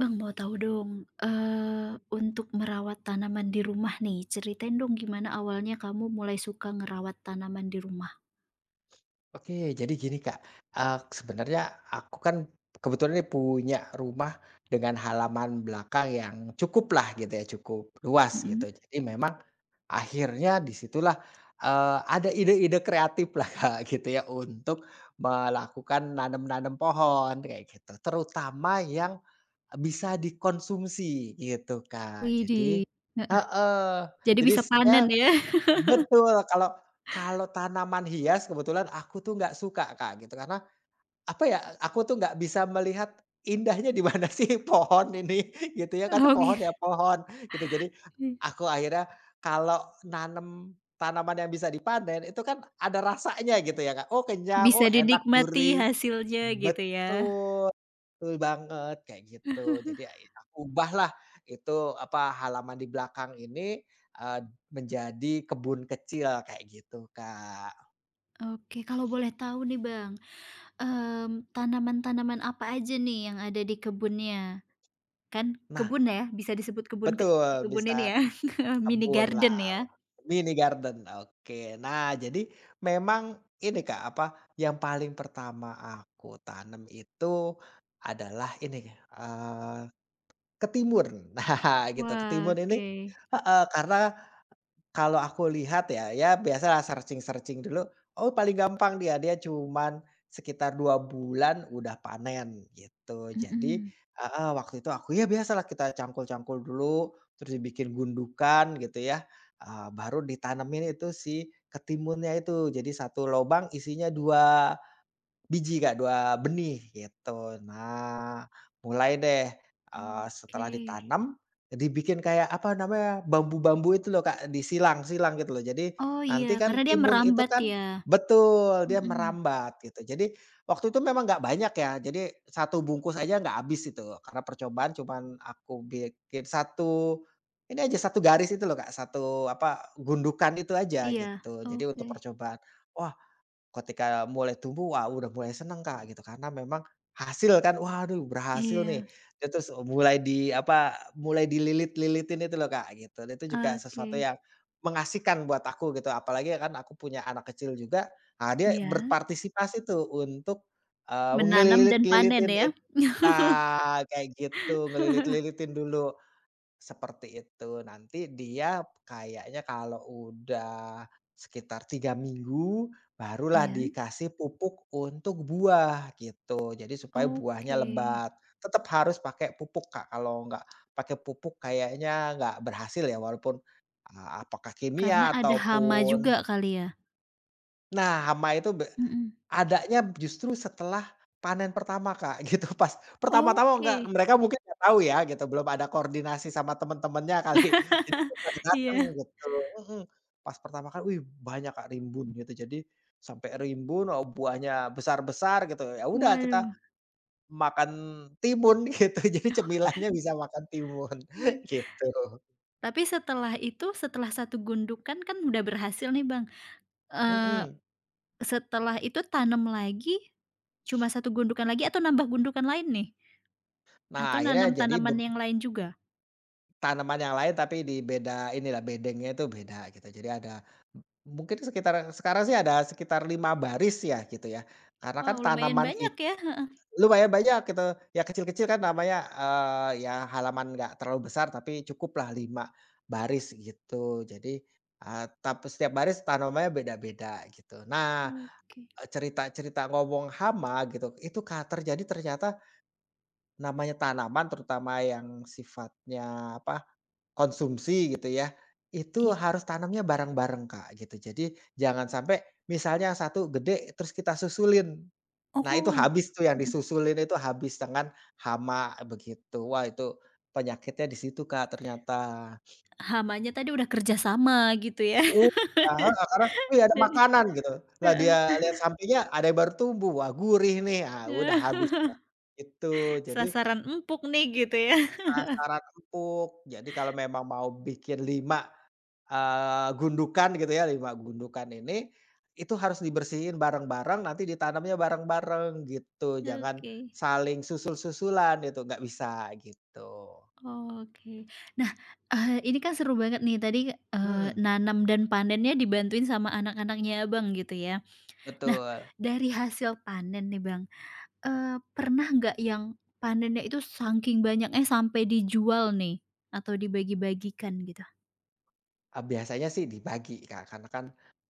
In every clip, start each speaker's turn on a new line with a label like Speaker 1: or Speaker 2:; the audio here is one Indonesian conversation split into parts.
Speaker 1: Bang, mau tahu dong, untuk merawat tanaman di rumah nih, ceritain dong gimana awalnya kamu mulai suka ngerawat tanaman di rumah?
Speaker 2: Oke, jadi gini, Kak. Sebenarnya aku kan kebetulan nih punya rumah dengan halaman belakang yang cukuplah gitu ya, cukup luas gitu.
Speaker 1: Mhm.
Speaker 2: Jadi memang akhirnya di situlah, ada ide-ide kreatiflah Kak gitu ya untuk melakukan nanam-nanam pohon kayak gitu, terutama yang bisa dikonsumsi gitu, Kak. Jadi
Speaker 1: Widih, heeh,
Speaker 2: heeh.
Speaker 1: jadi
Speaker 2: jadi
Speaker 1: bisa
Speaker 2: saya
Speaker 1: panen ya?
Speaker 2: Betul, kalau kalau tanaman hias kebetulan aku tuh nggak suka, Kak, gitu. Karena apa ya, aku tuh nggak bisa melihat indahnya di mana sih pohon ini, gitu ya, kan
Speaker 1: Oh
Speaker 2: pohon
Speaker 1: gitu.
Speaker 2: ya pohon, gitu. Jadi, aku akhirnya kalau nanem tanaman yang bisa dipanen, itu kan ada rasanya gitu ya, Kak. Oh kenyang,
Speaker 1: Bisa
Speaker 2: oh enak,
Speaker 1: dinikmati
Speaker 2: gurih.
Speaker 1: hasilnya gitu ya?
Speaker 2: Betul, betul banget, kayak gitu. Jadi, ya ya aku ubahlah itu, apa, halaman di belakang ini, eee, menjadi kebun kecil, kayak gitu, Kak.
Speaker 1: Oke, kalau boleh tahu nih Bang, tanaman-tanaman apa aja nih yang ada di kebunnya? Kan
Speaker 2: Nah
Speaker 1: kebun ya, bisa disebut kebun ke
Speaker 2: betul,
Speaker 1: kebun ini
Speaker 2: bisa.
Speaker 1: ya, mini
Speaker 2: Kebun
Speaker 1: garden
Speaker 2: lah.
Speaker 1: ya?
Speaker 2: Mini garden, oke. Nah, jadi memang ini, Kak, apa, yang paling pertama aku tanam itu adalah ini, eee, ketimun. Nah, gitu,
Speaker 1: Wah,
Speaker 2: ketimun ini
Speaker 1: oke.
Speaker 2: heeh, karena kalau aku lihat ya, ya biasalah searching-searching dulu, oh paling gampang dia cuman sekitar 2 bulan udah panen gitu. Jadi
Speaker 1: Mhm.
Speaker 2: heeh, waktu itu aku ya biasalah kita cangkul-cangkul dulu, terus dibikin gundukan gitu ya, baru ditanemin itu si ketimunnya itu. Jadi satu lobang isinya dua biji, Kak, 2 benih gitu. Nah, mulai deh, setelah
Speaker 1: Oke.
Speaker 2: ditanam, dibikin kayak apa namanya, bambu-bambu itu loh, Kak, disilang-silang gitu loh. Jadi
Speaker 1: Oh iya,
Speaker 2: nanti kan
Speaker 1: karena dia
Speaker 2: timun itu
Speaker 1: merambat
Speaker 2: kan
Speaker 1: ya?
Speaker 2: betul, dia
Speaker 1: Mhm.
Speaker 2: merambat gitu. Jadi waktu itu memang nggak banyak ya, jadi satu bungkus aja nggak habis itu, karena percobaan cuman aku bikin satu ini aja, satu garis itu loh, Kak, satu apa, gundukan itu aja
Speaker 1: Iya,
Speaker 2: gitu. Jadi untuk
Speaker 1: oke.
Speaker 2: percobaan. Wah. Ketika mulai tumbuh, wah udah mulai seneng, Kak, gitu. Karena memang hasil kan, waduh berhasil nih.
Speaker 1: Iya.
Speaker 2: Dia terus mulai di apa, mulai dililit-lilitin itu loh, Kak, gitu. Dan itu juga
Speaker 1: Oke.
Speaker 2: sesuatu yang mengasihkan buat aku gitu, apalagi kan aku punya anak kecil juga. Ah, dia
Speaker 1: Iya.
Speaker 2: berpartisipasi tuh untuk,
Speaker 1: Menanam dan panen
Speaker 2: ngelilit-lilitin
Speaker 1: ya?
Speaker 2: it nah, kayak gitu, ngelilit-lilitin dulu. Seperti itu. Nanti dia kayaknya kalau udah sekitar 3 minggu, barulah
Speaker 1: Iya.
Speaker 2: dikasih pupuk untuk buah, gitu. Jadi supaya buahnya
Speaker 1: Oke.
Speaker 2: lebat. Tetap harus pakai pupuk, Kak, kalau nggak pakai pupuk kayaknya nggak berhasil ya, walaupun, apakah
Speaker 1: Karena
Speaker 2: kimia
Speaker 1: ada hama
Speaker 2: ataupun
Speaker 1: juga kali ya?
Speaker 2: nah, hama itu
Speaker 1: Mhm.
Speaker 2: adanya justru setelah panen pertama, Kak, gitu pas pertama-tama nggak
Speaker 1: Oke.
Speaker 2: mereka mungkin nggak tahu ya gitu, belum ada koordinasi sama temen-temennya kali, jadi belum pada dateng
Speaker 1: Iya.
Speaker 2: gitu. mhm, Pas pertama kali, wih banyak, Kak, rimbun gitu, jadi sampai rimbun, buahnya besar-besar gitu, ya udah kita
Speaker 1: Waduh,
Speaker 2: makan timun gitu, jadi cemilannya bisa makan timun
Speaker 1: oke.
Speaker 2: gitu,
Speaker 1: Tapi setelah itu, setelah satu gundukan kan kan udah berhasil nih, Bang. Eee,
Speaker 2: mhm.
Speaker 1: setelah itu tanam lagi, cuma satu gundukan lagi atau nambah gundukan lain nih?
Speaker 2: Nah,
Speaker 1: Atau
Speaker 2: akhirnya
Speaker 1: nanam
Speaker 2: jadi be
Speaker 1: tanaman yang lain juga?
Speaker 2: tanaman yang lain tapi di beda inilah, bedengnya itu beda gitu. Jadi ada mungkin sekitar sekarang sih ada sekitar 5 baris ya gitu ya. Karena kan
Speaker 1: Wow, lumayan
Speaker 2: tanaman
Speaker 1: banyak
Speaker 2: itu
Speaker 1: ya, heeh.
Speaker 2: lumayan banyak gitu, ya kecil-kecil kan namanya, ya halaman nggak terlalu besar tapi cukuplah 5 baris gitu. Jadi, eee, tap setiap baris tanamannya beda-beda gitu. Nah,
Speaker 1: Oke.
Speaker 2: cerita-cerita ngomong hama gitu, itu terjadi ternyata namanya tanaman terutama yang sifatnya apa, konsumsi gitu ya, itu
Speaker 1: Iya.
Speaker 2: harus tanamnya bareng-bareng, Kak, gitu. Jadi jangan sampai misalnya satu gede terus kita susulin. Nah itu
Speaker 1: Oh,
Speaker 2: habis tuh yang
Speaker 1: mhm,
Speaker 2: disusulin itu habis dengan hama begitu. Wah itu penyakitnya di situ, Kak, ternyata.
Speaker 1: hamanya tadi udah kerja sama gitu ya.
Speaker 2: Iya, heeh, karena, "Wih ada
Speaker 1: Jadi
Speaker 2: makanan," gitu. Lah
Speaker 1: heeh.
Speaker 2: dia lihat sampingnya ada yang baru tumbuh, wah gurih nih, ah udah habis dah, itu. Jadi
Speaker 1: Sasaran empuk nih gitu ya.
Speaker 2: sasaran empuk. Jadi kalau memang mau bikin lima gundukan gitu ya, 5 gundukan ini, itu harus dibersihin bareng-bareng, nanti ditanamnya bareng-bareng gitu, jangan
Speaker 1: Oke,
Speaker 2: saling susul-susulan itu, nggak bisa gitu.
Speaker 1: oke. Nah, ini kan seru banget nih tadi, eee,
Speaker 2: Mhm,
Speaker 1: nanam dan panennya dibantuin sama anak-anaknya Abang gitu ya. Nah,
Speaker 2: betul.
Speaker 1: dari hasil panen nih Bang, pernah nggak yang panennya itu saking banyaknya sampai dijual nih atau dibagi-bagikan gitu?
Speaker 2: Biasanya sih dibagi, Kak, karena kan,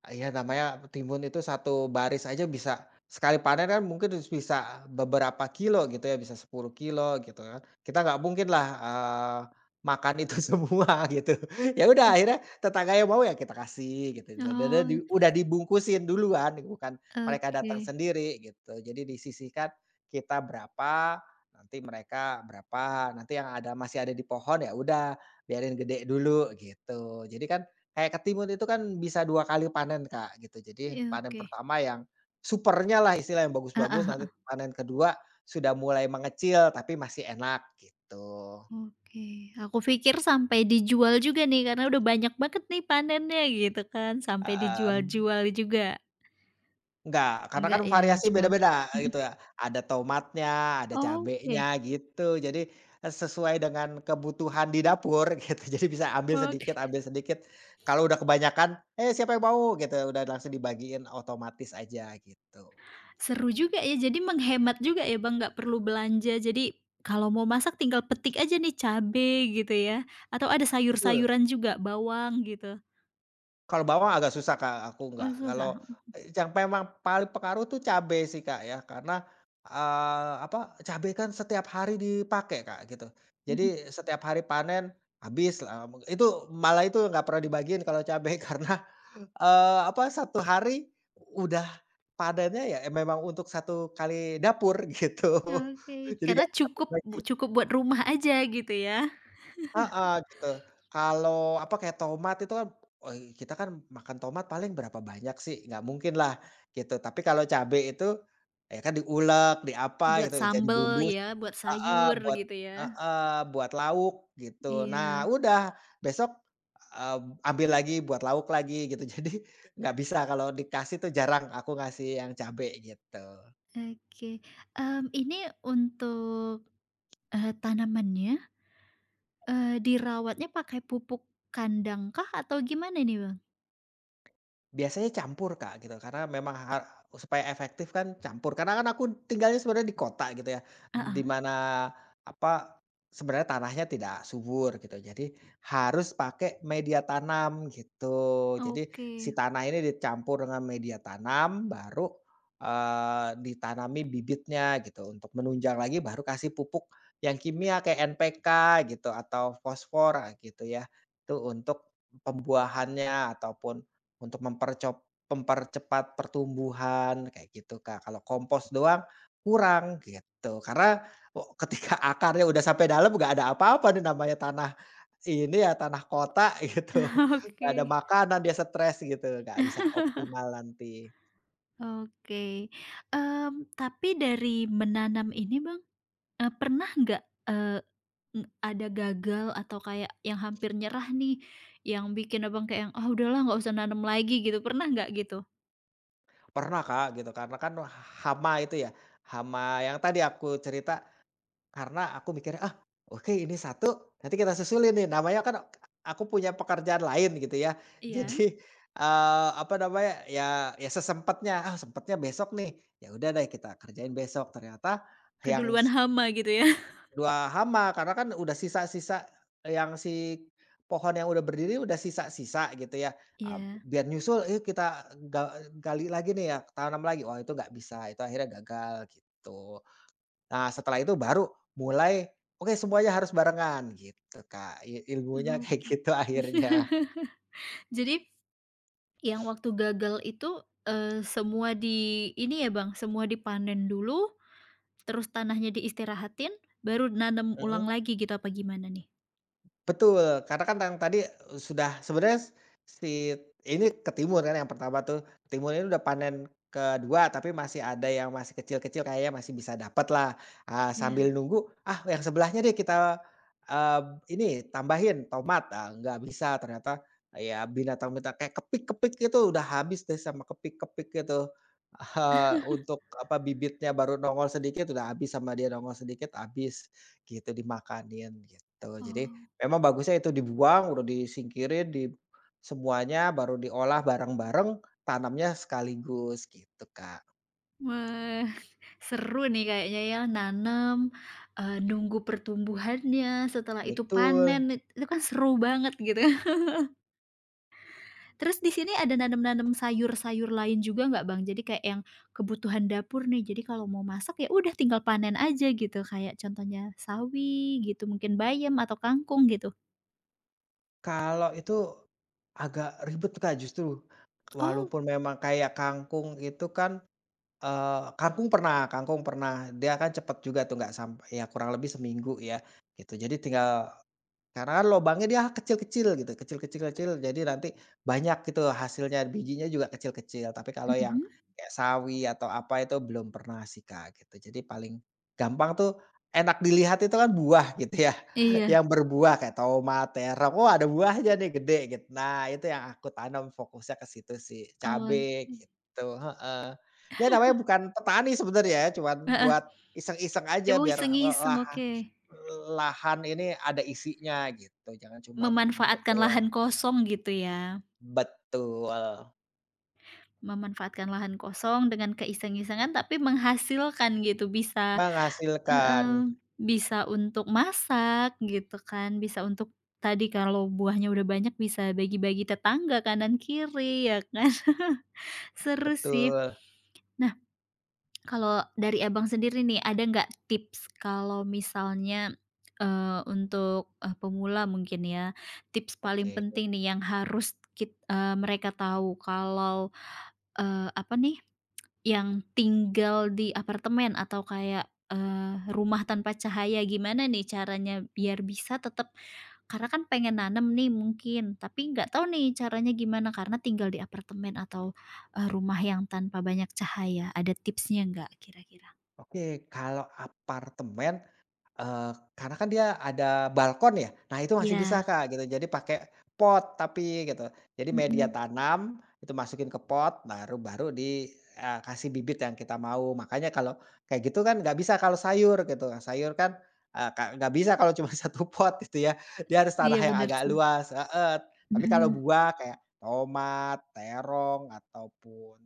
Speaker 2: ah, ya namanya timun itu satu baris aja bisa sekali panen kan mungkin bisa beberapa kilo gitu ya, bisa 10 kilo gitu kan. Kita nggak mungkinlah, makan itu semua gitu. Ya udah akhirnya tetangga yang mau ya kita kasih gitu, da da da di
Speaker 1: Oh,
Speaker 2: udah dibungkusin duluan, bukan mereka
Speaker 1: oke.
Speaker 2: datang sendiri gitu. Jadi disisihkan kita berapa, nanti mereka berapa, nanti yang ada masih ada di pohon ya udah biarin gede dulu gitu. Jadi kan kayak ketimun itu kan bisa 2 kali panen, Kak, gitu. Jadi
Speaker 1: Iya,
Speaker 2: panen
Speaker 1: oke.
Speaker 2: pertama yang supernya lah istilah yang
Speaker 1: Heeh,
Speaker 2: bagus-bagus, nanti
Speaker 1: heeh.
Speaker 2: panen kedua sudah mulai mengecil tapi masih enak gitu.
Speaker 1: Oke. Aku pikir sampai dijual juga nih karena udah banyak banget nih panennya gitu kan, sampai
Speaker 2: Heeh.
Speaker 1: dijual-jual juga.
Speaker 2: Enggak, karena kan
Speaker 1: Enggak ya,
Speaker 2: variasi
Speaker 1: cuma
Speaker 2: beda-beda
Speaker 1: mhm,
Speaker 2: gitu ya. Ada tomatnya, ada
Speaker 1: oke.
Speaker 2: cabenya gitu. Jadi, sesuai dengan kebutuhan di dapur gitu. Jadi bisa ambil sedikit
Speaker 1: Oke.
Speaker 2: ambil sedikit. Kalau udah kebanyakan, "Eh, siapa yang mau?" Gitu, udah langsung dibagiin otomatis aja gitu.
Speaker 1: Seru juga ya, jadi menghemat juga ya, Bang, nggak perlu belanja. Jadi kalau mau masak tinggal petik aja nih cabe gitu ya, atau ada
Speaker 2: Betul.
Speaker 1: sayur-sayuran juga, bawang gitu.
Speaker 2: Kalau bawang agak susah, Kak, aku nggak.
Speaker 1: Oh susah,
Speaker 2: Kalau, eh, yang memang paling pengaruh tuh cabe sih, Kak, ya. Karena, apa, cabe kan setiap hari dipakai, Kak, gitu.
Speaker 1: mhm.
Speaker 2: Jadi setiap hari panen habis lah, itu malah itu nggak pernah dibagiin kalau cabe karena, apa, satu hari udah panennya ya eh, memang untuk satu kali dapur gitu.
Speaker 1: Oke,
Speaker 2: Jadi
Speaker 1: karena
Speaker 2: nggak bisa bagi-bagi.
Speaker 1: cukup buat rumah aja gitu ya.
Speaker 2: Heeh, gitu. Kalau apa, kayak tomat itu kan, woi kita kan makan tomat paling berapa banyak sih, nggak mungkin lah gitu. Tapi kalau cabe itu, ya kan diulek, di apa
Speaker 1: Buat
Speaker 2: gitu, jadi
Speaker 1: sambel
Speaker 2: bumbu
Speaker 1: ya, buat
Speaker 2: heeh,
Speaker 1: sayur
Speaker 2: buat
Speaker 1: gitu ya.
Speaker 2: heeh, buat lauk gitu. Nah
Speaker 1: Iya,
Speaker 2: udah besok, eee, ambil lagi buat lauk lagi gitu. Jadi nggak bisa kalau dikasih tuh jarang aku ngasih yang cabe gitu.
Speaker 1: oke. Ini untuk, tanamannya, dirawatnya pakai pupuk kandang kah atau gimana nih, Bang?
Speaker 2: Biasanya campur, Kak, gitu. Karena memang supaya efektif kan campur. Karena kan aku tinggalnya sebenarnya di kota gitu ya, di
Speaker 1: Heeh,
Speaker 2: mana apa, sebenarnya tanahnya tidak subur gitu. Jadi harus pakai media tanam gitu. Jadi
Speaker 1: oke.
Speaker 2: si tanah ini dicampur dengan media tanam baru, ditanami bibitnya gitu. Untuk menunjang lagi baru kasih pupuk yang kimia kayak NPK gitu atau fosfor, ah, gitu ya. Itu untuk pembuahannya ataupun untuk mempercepat pertumbuhan kayak gitu, Kak. Kalau kompos doang kurang gitu, karena wo ketika akarnya udah sampai dalam nggak ada apa-apa nih namanya tanah ini ya, tanah kota gitu, nggak ada
Speaker 1: Oke,
Speaker 2: makanan dia stres gitu, nggak bisa optimal nanti.
Speaker 1: oke, tapi dari menanam ini Bang, pernah nggak, eee, ada gagal atau kayak yang hampir nyerah nih, yang bikin Abang kayak yang, "Ah udahlah nggak usah nanam lagi," gitu, pernah nggak gitu?
Speaker 2: Pernah, Kak, gitu karena kan hama itu ya, hama yang tadi aku cerita. Karena aku mikirnya, "Ah, oke ini satu nanti kita susulin nih." Namanya kan aku punya pekerjaan lain gitu ya.
Speaker 1: Iya.
Speaker 2: Jadi, apa namanya, ya ya sesempatnya, "Ah, sempatnya besok nih." Ya udah deh kita kerjain besok. Ternyata yang
Speaker 1: Keduluan
Speaker 2: s
Speaker 1: hama gitu ya?
Speaker 2: 2 hama, karena kan udah sisa-sisa yang si pohon yang udah berdiri udah sisa-sisa gitu ya. Ah,
Speaker 1: Iya,
Speaker 2: biar nyusul, eh kita gali lagi nih ya, tanam lagi." Wah itu nggak bisa, itu akhirnya gagal gitu. Nah, setelah itu baru mulai, oke semuanya harus barengan gitu, Kak, ilmunya kayak
Speaker 1: oke.
Speaker 2: gitu akhirnya.
Speaker 1: Jadi yang waktu gagal itu, semua di ini ya Bang, semua dipanen dulu, terus tanahnya diistirahatin, baru nanam ulang
Speaker 2: Mhm.
Speaker 1: lagi gitu apa gimana nih?
Speaker 2: Betul, karena kan yang tadi sudah sebenarnya si ini ke timur kan yang pertama tuh, ke timur ini udah panen kedua tapi masih ada yang masih kecil-kecil kayaknya masih bisa dapat lah,
Speaker 1: Iya,
Speaker 2: sambil nunggu, "Ah yang sebelahnya deh kita, eee, ini tambahin tomat," ah, nggak bisa ternyata ya binatang binatang kayak kepik-kepik itu udah habis deh sama kepik-kepik itu, untuk apa, bibitnya baru nongol sedikit udah habis sama dia nongol sedikit habis, gitu dimakanin gitu. Jadi
Speaker 1: oh.
Speaker 2: memang bagusnya itu dibuang, udah disingkirin, di semuanya, baru diolah bareng-bareng, tanamnya sekaligus, gitu, Kak.
Speaker 1: Wah, seru nih kayaknya ya nanam, nunggu pertumbuhannya, setelah itu panen,
Speaker 2: Betul.
Speaker 1: itu kan seru banget gitu. Terus di sini ada nanam-nanam sayur-sayur lain juga nggak, Bang? Jadi kayak yang kebutuhan dapur nih, jadi kalau mau masak ya udah tinggal panen aja gitu, kayak contohnya sawi gitu, mungkin bayam atau kangkung gitu?
Speaker 2: Kalau itu agak ribet, Kak, justru.
Speaker 1: Oh,
Speaker 2: Walaupun memang kayak kangkung itu kan, kangkung pernah, dia kan cepet juga tuh, nggak sampai ya kurang lebih seminggu ya, gitu. Jadi tinggal karena kan lobangnya dia kecil-kecil gitu, kecil-kecil kecil, jadi nanti banyak gitu hasilnya, bijinya juga kecil-kecil. Tapi kalau yang
Speaker 1: mhm,
Speaker 2: kayak sawi atau apa itu belum pernah sih, Kak, gitu. Jadi paling gampang tuh enak dilihat itu kan buah gitu ya,
Speaker 1: iya,
Speaker 2: yang berbuah kayak tomat, terong, "Oh, ada buahnya nih gede," gitu. Nah, itu yang aku tanam fokusnya ke situ sih,
Speaker 1: oh
Speaker 2: cabe gitu, heeh. Ya namanya bukan petani sebenarnya ya, cuman
Speaker 1: heeh,
Speaker 2: buat iseng-iseng
Speaker 1: ya
Speaker 2: aja
Speaker 1: mau
Speaker 2: biar
Speaker 1: iseng-iseng, oke.
Speaker 2: lahan ini ada isinya gitu, jangan cuman rumput
Speaker 1: Memanfaatkan
Speaker 2: doang.
Speaker 1: lahan kosong gitu ya?
Speaker 2: Betul,
Speaker 1: Memanfaatkan lahan kosong dengan keiseng-isengan tapi menghasilkan gitu, bisa
Speaker 2: menghasilkan,
Speaker 1: heeh, bisa untuk masak gitu kan, bisa untuk tadi kalau buahnya udah banyak bisa bagi-bagi tetangga kanan kiri ya kan, seru sih.
Speaker 2: betul.
Speaker 1: Nah, kalau dari Abang sendiri nih ada nggak tips kalau misalnya, untuk, pemula mungkin ya, tips paling
Speaker 2: Oke.
Speaker 1: penting nih yang harus mereka tahu kalau, apa nih yang tinggal di apartemen atau kayak, rumah tanpa cahaya gimana nih caranya biar bisa tetap karena kan pengen nanam nih mungkin, tapi nggak tahu nih caranya gimana karena tinggal di apartemen atau, rumah yang tanpa banyak cahaya, ada tipsnya nggak kira-kira?
Speaker 2: Oke, kalau apartemen, eee, karena kan dia ada balkon ya, nah itu masih bisa,
Speaker 1: Iya,
Speaker 2: Kak, gitu, jadi pakai pot tapi gitu. Jadi media
Speaker 1: mhm,
Speaker 2: tanam, itu masukin ke pot baru baru kasih bibit yang kita mau. Makanya kalau kayak gitu kan nggak bisa kalau sayur gitu, sayur kan, nggak bisa kalau cuma satu pot gitu ya, dia harus tanah
Speaker 1: iya
Speaker 2: yang
Speaker 1: bener
Speaker 2: agak
Speaker 1: sih,
Speaker 2: luas heeh. Tapi kalau
Speaker 1: mhm.
Speaker 2: buah kayak tomat, terong, ataupun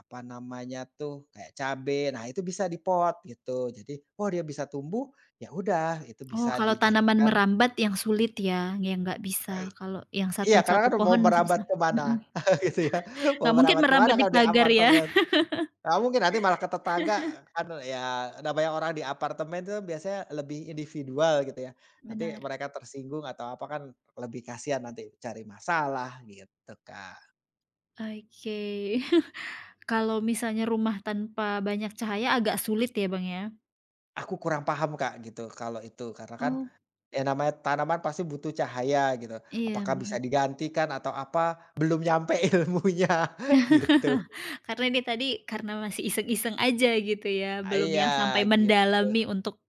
Speaker 2: apa namanya tuh, kayak cabe, nah itu bisa di pot gitu. Jadi, oh dia bisa tumbuh, ya udah itu bisa
Speaker 1: Oh kalau tanaman
Speaker 2: dijadikan
Speaker 1: merambat yang sulit ya, yang nggak bisa,
Speaker 2: eee,
Speaker 1: kalau yang
Speaker 2: iya karena
Speaker 1: satu-satu
Speaker 2: kan mau
Speaker 1: pohon masih bisa,
Speaker 2: merambat ke mana
Speaker 1: mhm,
Speaker 2: gitu ya, mau
Speaker 1: nggak mungkin
Speaker 2: merambat kemana
Speaker 1: merambat di
Speaker 2: kalau di
Speaker 1: pagar ya.
Speaker 2: apartemen. Nggak mungkin nanti malah ke tetangga kan ya namanya orang di apartemen itu biasanya lebih individual gitu ya. Nanti
Speaker 1: Benar.
Speaker 2: mereka tersinggung atau apa kan lebih kasihan nanti cari masalah gitu, Kak.
Speaker 1: Oke. Kalau misalnya rumah tanpa banyak cahaya agak sulit ya, Bang, ya?
Speaker 2: Aku kurang paham, Kak, gitu kalau itu karena kan
Speaker 1: Oh,
Speaker 2: ya namanya tanaman pasti butuh cahaya gitu.
Speaker 1: iya
Speaker 2: Apakah bisa
Speaker 1: benar.
Speaker 2: digantikan atau apa, belum nyampe ilmunya gitu.
Speaker 1: Karena ini tadi karena masih iseng-iseng aja gitu ya,
Speaker 2: Ah,
Speaker 1: belum
Speaker 2: iya
Speaker 1: yang sampai
Speaker 2: gitu
Speaker 1: mendalami untuk,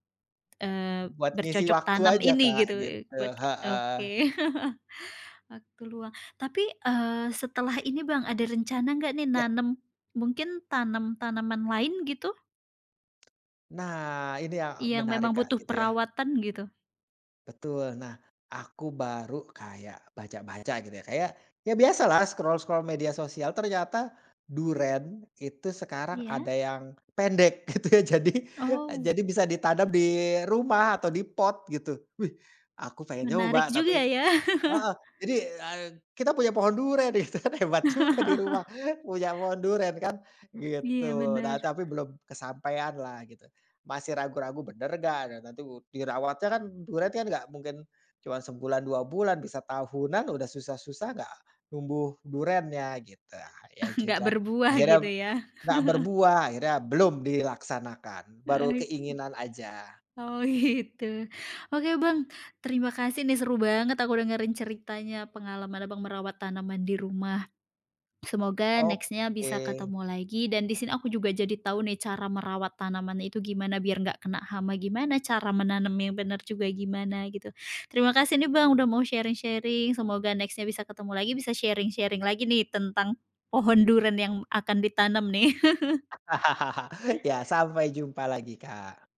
Speaker 2: buat ngisi
Speaker 1: bercocok
Speaker 2: waktu
Speaker 1: tanam
Speaker 2: aja,
Speaker 1: ini
Speaker 2: Kak,
Speaker 1: gitu, eee,
Speaker 2: gitu,
Speaker 1: buat ke oke.
Speaker 2: heeh.
Speaker 1: Waktu luang. Tapi, setelah ini, Bang, ada rencana nggak nih
Speaker 2: Ya,
Speaker 1: nanam mungkin tanam-tanaman lain gitu,
Speaker 2: nah ini yang
Speaker 1: yang
Speaker 2: menarik,
Speaker 1: memang
Speaker 2: Kak,
Speaker 1: butuh
Speaker 2: gitu ya.
Speaker 1: perawatan gitu?
Speaker 2: Betul. Nah, aku baru kayak baca-baca gitu ya, kayak ya biasalah scroll-scroll media sosial ternyata duren itu sekarang
Speaker 1: Iya?
Speaker 2: ada yang pendek gitu ya. Jadi
Speaker 1: Oh,
Speaker 2: jadi bisa ditanam di rumah atau di pot gitu. Wih, aku pengen
Speaker 1: menarik
Speaker 2: nyoba
Speaker 1: juga
Speaker 2: tapi
Speaker 1: ya.
Speaker 2: heeh, jadi, kita punya pohon durian gitu kan, hebat juga di rumah punya pohon durian kan,
Speaker 1: Iya
Speaker 2: gitu. Nah,
Speaker 1: bener,
Speaker 2: tapi belum kesampaian lah gitu. Masih ragu-ragu bener nggak, dan nanti dirawatnya kan durian kan nggak mungkin cuman sebulan, 2 bulan, bisa tahunan udah susah-susah nggak numbuh duriannya gitu. Ah, ya
Speaker 1: nggak
Speaker 2: sudah,
Speaker 1: berbuah
Speaker 2: akhirnya
Speaker 1: gitu ya.
Speaker 2: nggak berbuah, akhirnya belum dilaksanakan, baru
Speaker 1: Oke,
Speaker 2: keinginan aja.
Speaker 1: oh gitu. Oke Bang, terima kasih nih seru banget aku dengerin ceritanya pengalaman Abang merawat tanaman di rumah. Semoga nextnya
Speaker 2: Oke.
Speaker 1: bisa ketemu lagi dan di sini aku juga jadi tahu nih cara merawat tanaman itu gimana biar nggak kena hama gimana, cara menanam yang benar juga gimana gitu. Terima kasih nih Bang udah mau sharing-sharing, semoga nextnya bisa ketemu lagi, bisa sharing-sharing lagi nih tentang pohon durian yang akan ditanam nih.
Speaker 2: Ya, sampai jumpa lagi, Kak.